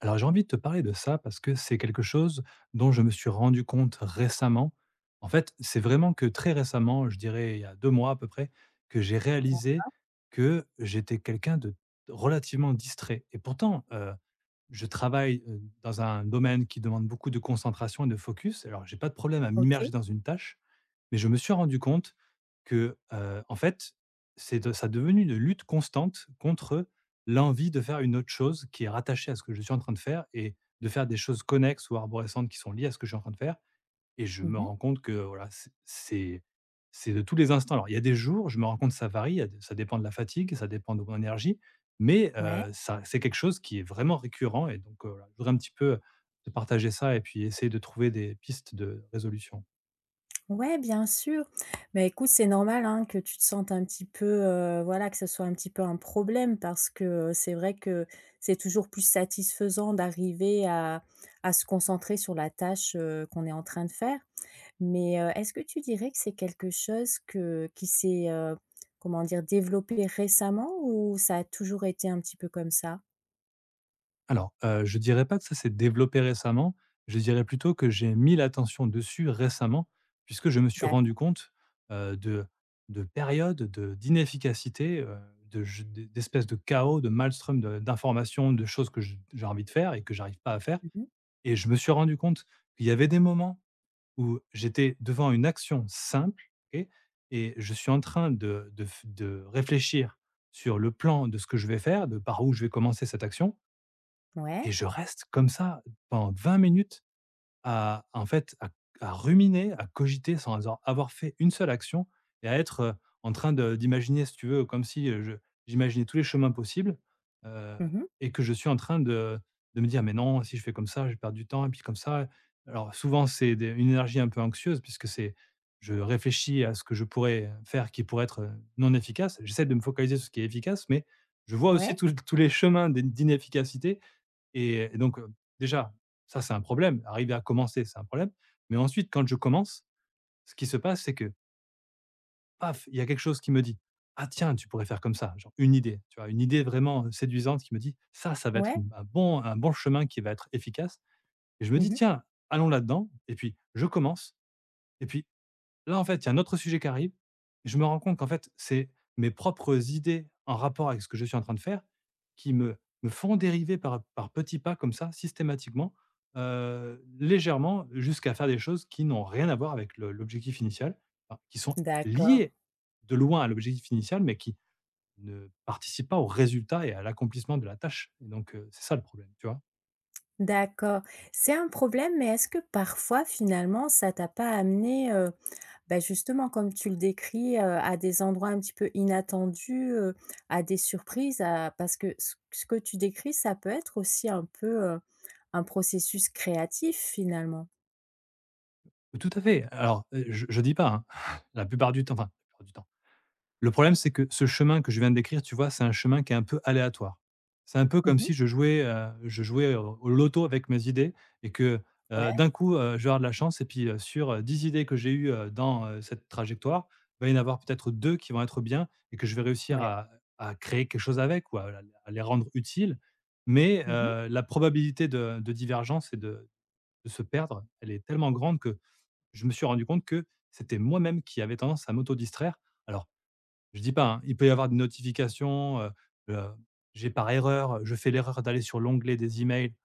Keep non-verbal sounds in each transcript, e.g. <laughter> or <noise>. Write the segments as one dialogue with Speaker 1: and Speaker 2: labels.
Speaker 1: Alors j'ai envie de te parler de ça parce que c'est quelque chose dont je me suis rendu compte récemment. En fait, c'est vraiment que très récemment, je dirais il y a 2 mois à peu près, que j'ai réalisé que j'étais quelqu'un de relativement distrait et pourtant, je travaille, dans un domaine qui demande beaucoup de concentration et de focus. Alors j'ai pas de problème à
Speaker 2: OK.
Speaker 1: m'immerger dans une tâche. Mais je me suis rendu compte que, en fait, c'est de ça est devenu une lutte constante contre l'envie de faire une autre chose qui est rattachée à ce que je suis en train de faire et de faire des choses connexes ou arborescentes qui sont liées à ce que je suis en train de faire et je me
Speaker 2: Mmh.
Speaker 1: rends compte que, voilà, c'est de tous les instants. Alors, il y a des jours, je me rends compte que ça varie, il y a des ça dépend de la fatigue, ça dépend de mon énergie, mais
Speaker 2: Ouais.
Speaker 1: ça c'est quelque chose qui est vraiment récurrent et donc voilà, je voudrais un petit peu te partager ça et puis essayer de trouver des pistes de résolution.
Speaker 2: Ouais, bien sûr. Mais écoute, c'est normal, hein, que tu te sentes un petit peu, voilà, que ce soit un petit peu un problème parce que, c'est vrai que c'est toujours plus satisfaisant d'arriver à se concentrer sur la tâche, qu'on est en train de faire. Mais, est-ce que tu dirais que c'est quelque chose que qui s'est, comment dire? Développé récemment ou ça a toujours été un petit peu comme ça?
Speaker 1: Alors, je dirais pas que ça s'est développé récemment, je dirais plutôt que j'ai mis l'attention dessus récemment, puisque je me suis rendu
Speaker 2: D'accord.
Speaker 1: compte, heu, de de périodes de d'inefficacité, de je d'e d'espèces de chaos, de maelstrom de d'informations, de choses que j'ai envie de faire et que j'arrive pas à faire
Speaker 2: Mmh.
Speaker 1: et je me suis rendu compte qu'il y avait des moments où j'étais devant une action simple, OK, et je suis en train de réfléchir sur le plan de ce que je vais faire, de par où je vais commencer cette action,
Speaker 2: Ouais.
Speaker 1: et je reste comme ça pendant 20 minutes à en fait, à ruminer, à cogiter sans asor avoir fait une seule action et à être, en train de d'imaginer, si tu veux, comme si, je j'imaginais tous les chemins possibles, heu
Speaker 2: Mmh.
Speaker 1: et que je suis en train de me dire: «Mais non, si je fais comme ça, je perds du temps et puis comme ça». Alors souvent, c'est des une énergie un peu anxieuse puisque c'est je réfléchis à ce que je pourrais faire qui pourrait être, non efficace. J'essaie de me focaliser sur ce qui est efficace, mais je vois aussi
Speaker 2: Ouais.
Speaker 1: tous les chemins d'inefficacité et donc, déjà, ça, c'est un problème. Arriver à commencer, c'est un problème. Mais ensuite, quand je commence, ce qui se passe, c'est que, paf, il y a quelque chose qui me dit: «Ah tiens, tu pourrais faire comme ça», genre une idée, tu vois? Une idée vraiment séduisante qui me dit: Ça va être
Speaker 2: Ouais.
Speaker 1: une un bon chemin qui va être efficace», et je me dis:
Speaker 2: Mmh.
Speaker 1: «Tiens, allons là-dedans», et puis je commence et puis là, en fait, il y a un autre sujet qui arrive. Je me rends compte qu'en fait, c'est mes propres idées en rapport avec ce que je suis en train de faire qui me font dériver par petits pas comme ça, systématiquement, légèrement, jusqu'à faire des choses qui n'ont rien à voir avec le l'objectif initial, enfin, qui sont
Speaker 2: D'accord.
Speaker 1: liées de loin à l'objectif initial, mais qui ne participent pas au résultat et à l'accomplissement de la tâche, et donc c'est ça le problème, tu vois?
Speaker 2: D'accord. C'est un problème, mais est-ce que parfois, finalement, ça t'a pas amené, bah, justement, comme tu le décris, à des endroits un petit peu inattendus, à des surprises, à parce que ce que tu décris, ça peut être aussi un peu, un processus créatif, finalement?
Speaker 1: Tout à fait. Alors, je dis pas, hein, <laughs> la plupart du temps, enfin, la plupart du temps, le problème, c'est que ce chemin que je viens de décrire, tu vois, c'est un chemin qui est un peu aléatoire. C'est un peu comme
Speaker 2: Mmh.
Speaker 1: si je jouais, je jouais au loto avec mes idées et que,
Speaker 2: Ouais,
Speaker 1: d'un coup, je vais avoir de la chance, et puis, sur, 10 idées que j'ai eues, dans, cette trajectoire, il va y en avoir peut-être 2 qui vont être bien et que je vais réussir
Speaker 2: ouais.
Speaker 1: à créer quelque chose avec, ou à les rendre utiles. Mais,
Speaker 2: Mmh mh.
Speaker 1: la probabilité de divergence et de se perdre, elle est tellement grande que je me suis rendu compte que c'était moi-même qui avait tendance à m'auto distraire. Alors, je dis pas, hein, il peut y avoir des notifications, heu, j'ai par erreur je fais l'erreur d'aller sur l'onglet des emails,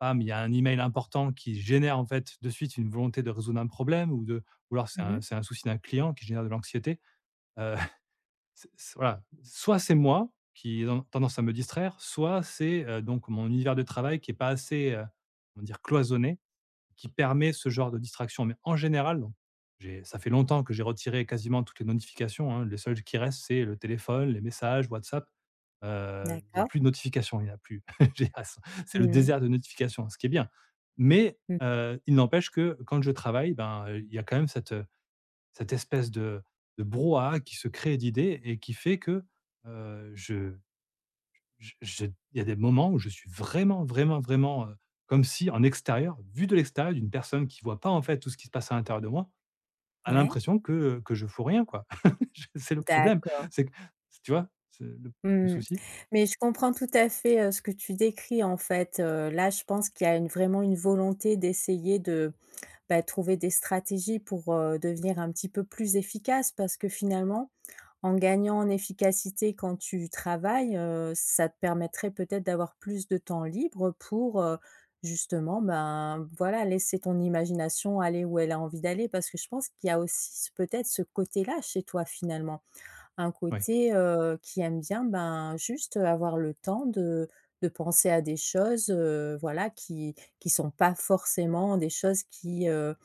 Speaker 1: bam, il y a un email important qui génère en fait de suite une volonté de résoudre un problème, ou de ou alors
Speaker 2: Mmh.
Speaker 1: c'est un souci d'un client qui génère de l'anxiété. Heu, <laughs> c'est voilà, soit c'est moi qui ai tendance à me distraire, soit c'est, donc mon univers de travail qui est pas assez, on va dire cloisonné, qui permet ce genre de distraction. Mais en général, non. Ça fait longtemps que j'ai retiré quasiment toutes les notifications, hein. Les seules qui restent, c'est le téléphone, les messages, WhatsApp. Il n'y a
Speaker 2: D'accord.
Speaker 1: plus de notifications, il n'y en a plus. <laughs> J'ai- c'est le
Speaker 2: Mmh.
Speaker 1: désert de notifications, ce qui est bien. Mais
Speaker 2: Mmh.
Speaker 1: il n'empêche que quand je travaille, ben, il y a quand même cette, cette espèce de brouhaha qui se crée d'idées et qui fait que je, J j'ai il y a des moments où je suis vraiment, vraiment, vraiment, comme si en extérieur, vu de l'extérieur, d'une personne qui voit pas, en fait, tout ce qui se passe à l'intérieur de moi, a
Speaker 2: Ouais.
Speaker 1: l'impression que je fous rien, quoi. <laughs> Je C'est le problème.
Speaker 2: D'accord.
Speaker 1: C'est que tu vois? C'est le
Speaker 2: Mmh.
Speaker 1: souci?
Speaker 2: Mais je comprends tout à fait, ce que tu décris, en fait, là, je pense qu'il y a une vraiment une volonté d'essayer de bah, trouver des stratégies pour, devenir un petit peu plus efficace parce que finalement, en gagnant en efficacité quand tu travailles, ça te permettrait peut-être d'avoir plus de temps libre pour, justement, ben, voilà, laisser ton imagination aller où elle a envie d'aller. Parce que je pense qu'il y a aussi ce peut-être ce côté-là chez toi finalement. Un
Speaker 1: Oui,
Speaker 2: côté, qui aime bien, ben, juste, avoir le temps de penser à des choses, voilà, qui sont pas forcément des choses qui, heu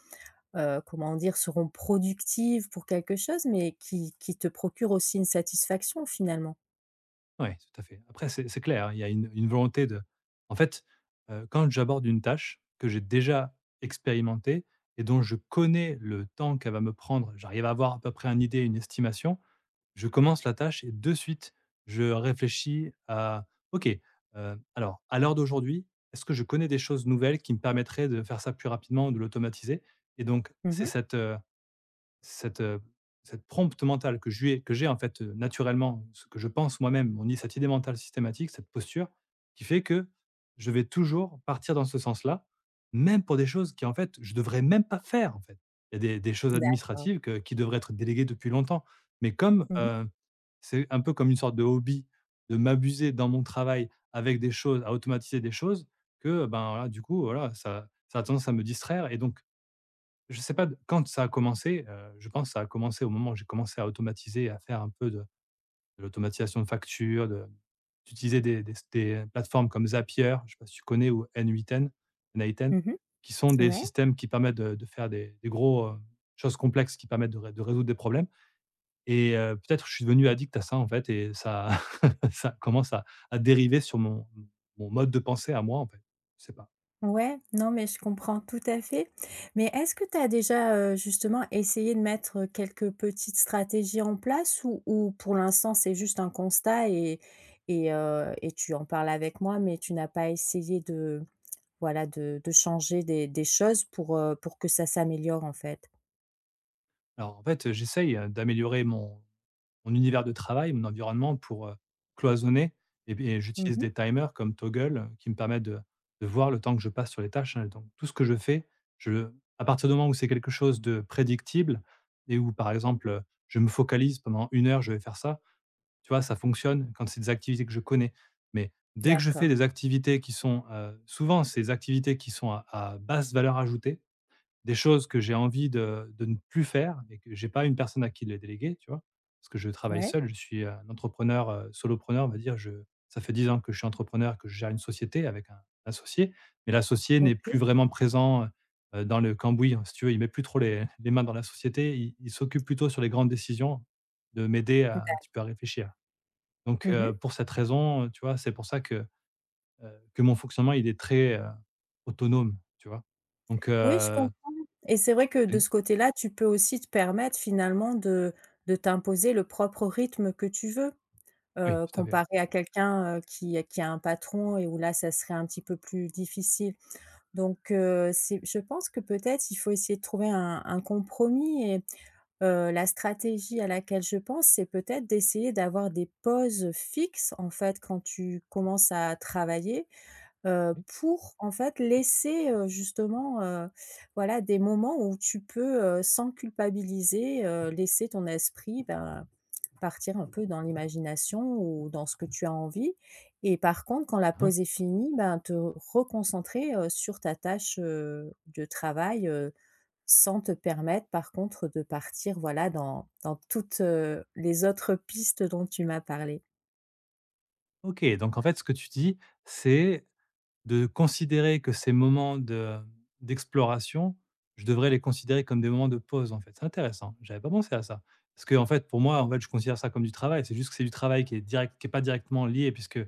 Speaker 2: heu, comment dire? Seront productives pour quelque chose, mais qui te procurent aussi une satisfaction finalement.
Speaker 1: oui, tout à fait. Après c'est clair, hein, il y a une volonté de en fait, quand j'aborde une tâche que j'ai déjà expérimentée et dont je connais le temps qu'elle va me prendre, j'arrive à avoir à peu près une idée, une estimation. Je commence la tâche et de suite, je réfléchis à OK, alors à l'heure d'aujourd'hui, est-ce que je connais des choses nouvelles qui me permettraient de faire ça plus rapidement ou de l'automatiser? Et donc c'est
Speaker 2: Mmh.
Speaker 1: cette, cette, heu, cette prompte mentale que je lui que j'ai en fait, naturellement, ce que je pense moi-même, on dit cette idée mentale systématique, cette posture qui fait que je vais toujours partir dans ce sens-là, même pour des choses qui en fait je devrais même pas faire en fait. Il y a des choses
Speaker 2: D'accord.
Speaker 1: administratives que qui devraient être déléguées depuis longtemps. Mais comme,
Speaker 2: Mmh mh.
Speaker 1: c'est un peu comme une sorte de hobby de m'abuser dans mon travail avec des choses à automatiser des choses que, ben, voilà, du coup, voilà, ça a tendance à me distraire, et donc je sais pas d quand ça a commencé, je pense que ça a commencé au moment où j'ai commencé à automatiser, à faire un peu de l'automatisation de factures, de d'utiliser des plateformes comme Zapier, je sais pas si tu connais, ou N8N, N8N,
Speaker 2: Mmh.
Speaker 1: qui sont des
Speaker 2: Ouais.
Speaker 1: systèmes qui permettent de faire des gros, choses complexes qui permettent de résoudre des problèmes, et peut-être je suis devenu addict à ça en fait, et ça <laughs> ça commence à dériver sur mon mode de pensée à moi en fait, je sais pas.
Speaker 2: Ouais, non, mais je comprends tout à fait. Mais est-ce que tu as déjà, justement essayé de mettre, quelques petites stratégies en place ou pour l'instant c'est juste un constat et et tu en parles avec moi, mais tu n'as pas essayé de, voilà, de changer des choses pour que ça s'améliore, en fait?
Speaker 1: Alors en fait, j'essaye, d'améliorer mon univers de travail, mon environnement pour, cloisonner, et beh, j'utilise
Speaker 2: Mmh.
Speaker 1: des timers comme Toggle, qui me permettent de voir le temps que je passe sur les tâches, hein, donc tout ce que je fais, je à partir du moment où c'est quelque chose de prédictible et où par exemple, je me focalise pendant une heure, je vais faire ça, tu vois? Ça fonctionne quand c'est des activités que je connais, mais dès que je fais
Speaker 2: D'accord.
Speaker 1: des activités qui sont, ces activités qui sont à basse valeur ajoutée, des choses que j'ai envie de ne plus faire et que j'ai pas une personne à qui les déléguer, tu vois? Parce que je travaille
Speaker 2: Ouais,
Speaker 1: seul, je suis, un entrepreneur, solopreneur, on va dire. Je Ça fait 10 ans que je suis entrepreneur, que je gère une société avec un associé, mais l'associé n'est
Speaker 2: OK.
Speaker 1: plus vraiment présent, dans le cambouis, hein, si tu veux. Il met plus trop les mains dans la société. Il s'occupe plutôt sur les grandes décisions de m'aider à
Speaker 2: D'a
Speaker 1: un petit peu à réfléchir. Donc
Speaker 2: mmh.
Speaker 1: pour cette raison, tu vois, c'est pour ça que mon fonctionnement, il est très, autonome, tu vois? Donc
Speaker 2: Oui, je comprends et c'est vrai que de ce côté-là, tu peux aussi te permettre finalement de t'imposer le propre rythme que tu veux.
Speaker 1: oui, tout à fait.
Speaker 2: Comparé à quelqu'un, qui a un patron et où là, ça serait un petit peu plus difficile. Donc c'est je pense que peut-être il faut essayer de trouver un compromis et la stratégie à laquelle je pense, c'est peut-être d'essayer d'avoir des pauses fixes, en fait, quand tu commences à travailler,
Speaker 1: Mmh.
Speaker 2: pour, en fait, laisser, justement, voilà, des moments où tu peux, sans culpabiliser, laisser ton esprit, ben partir un peu dans l'imagination ou dans ce que tu as envie et par contre, quand la
Speaker 1: Hein.
Speaker 2: pause est finie, ben, te reconcentrer, sur ta tâche, de travail, sans te permettre par contre de partir, voilà, dans toutes, les autres pistes dont tu m'as parlé?
Speaker 1: OK, donc en fait, ce que tu dis, c'est, de considérer que ces moments de d'exploration, je devrais les considérer comme des moments de pause, en fait. C'est intéressant, j'avais pas pensé à ça. Parce que en fait, pour moi, en fait, je considère ça comme du travail. C'est juste que c'est du travail qui est pas directement lié puisque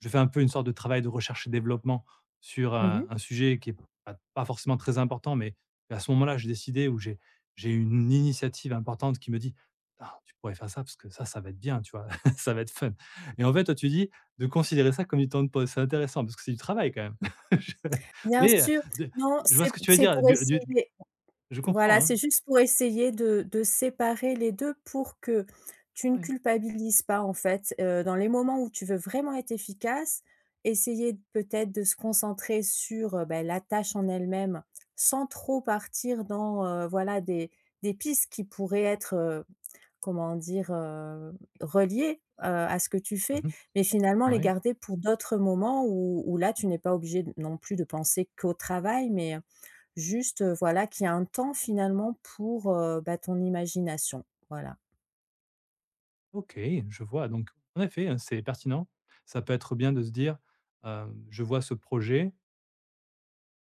Speaker 1: je fais un peu une sorte de travail de recherche et développement sur
Speaker 2: Mmh.
Speaker 1: un sujet qui est pas forcément très important, mais à ce moment-là, j'ai décidé où j'ai une initiative importante qui me dit: «Ah, tu pourrais faire ça parce que ça va être bien, tu vois? <laughs> Ça va être fun», et en fait, toi, tu dis: de considérer ça comme du temps de pause. C'est intéressant parce que c'est du travail quand même. <laughs> Je
Speaker 2: Bien
Speaker 1: mais,
Speaker 2: sûr.
Speaker 1: de
Speaker 2: Non,
Speaker 1: Je vois ce que tu veux
Speaker 2: c'est
Speaker 1: dire,
Speaker 2: pour
Speaker 1: du
Speaker 2: essayer
Speaker 1: je
Speaker 2: voilà,
Speaker 1: comprends, hein.
Speaker 2: c'est juste pour essayer de séparer les 2 pour que tu ne
Speaker 1: Ouais.
Speaker 2: culpabilises pas, en fait. Dans les moments où tu veux vraiment être efficace, essayer peut-être de se concentrer sur, bah, la tâche en elle-même, sans trop partir dans, voilà des pistes qui pourraient être, comment dire? Reliées, à ce que tu fais,
Speaker 1: Mmh.
Speaker 2: mais finalement les
Speaker 1: Ouais.
Speaker 2: garder pour d'autres moments où là tu n'es pas obligé d non plus de penser qu'au travail, mais juste, voilà, qu'il y a un temps finalement pour, bah, ton imagination, voilà.
Speaker 1: OK, je vois donc en effet, hein, c'est pertinent. Ça peut être bien de se dire, hem: «Je vois ce projet,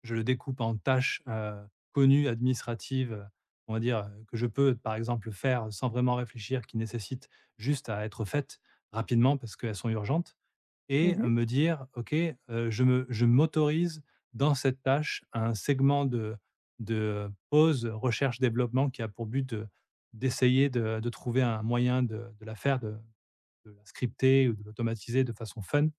Speaker 1: je le découpe en tâches, connues, administratives, on va dire, que je peux par exemple faire sans vraiment réfléchir, qui nécessitent juste à être faites rapidement parce qu'elles sont urgentes». Et
Speaker 2: Mmh.
Speaker 1: me dire: «OK, je m'autorise dans cette tâche un segment de pause recherche développement» qui a pour but de d'essayer de trouver un moyen de la faire, de la scripter ou de l'automatiser de façon fun,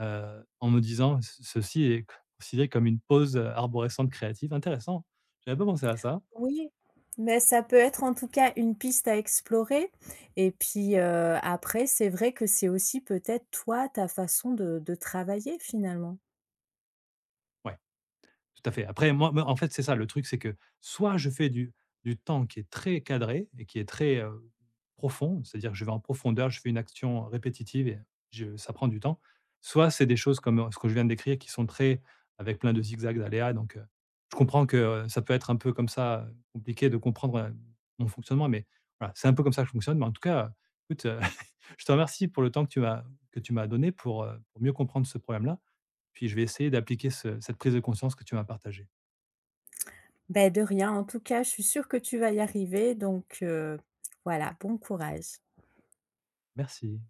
Speaker 1: en me disant «Ce «ceci est considéré comme une pause arborescente créative». Intéressant, j'avais pas pensé à ça.
Speaker 2: Oui, mais ça peut être en tout cas une piste à explorer et puis, après c'est vrai que c'est aussi peut-être toi, ta façon de travailler finalement.
Speaker 1: Ouais. Tout à fait. Après, moi, en fait, c'est ça le truc, c'est que soit je fais du temps qui est très cadré et qui est très, profond, c'est-à-dire je vais en profondeur, je fais une action répétitive et je ça prend du temps. Soit c'est des choses comme, ce que je viens de décrire qui sont très avec plein de zigzags, d'aléas, donc, je comprends que, ça peut être un peu comme ça, compliqué de comprendre, mon fonctionnement, mais voilà, c'est un peu comme ça que je fonctionne. Mais en tout cas, écoute, <laughs> je te remercie pour le temps que tu m'as donné pour mieux comprendre ce problème-là. Puis je vais essayer d'appliquer ce cette prise de conscience que tu m'as partagée.
Speaker 2: Ben de rien. En tout cas, je suis sûre que tu vas y arriver, donc voilà, bon courage.
Speaker 1: Merci.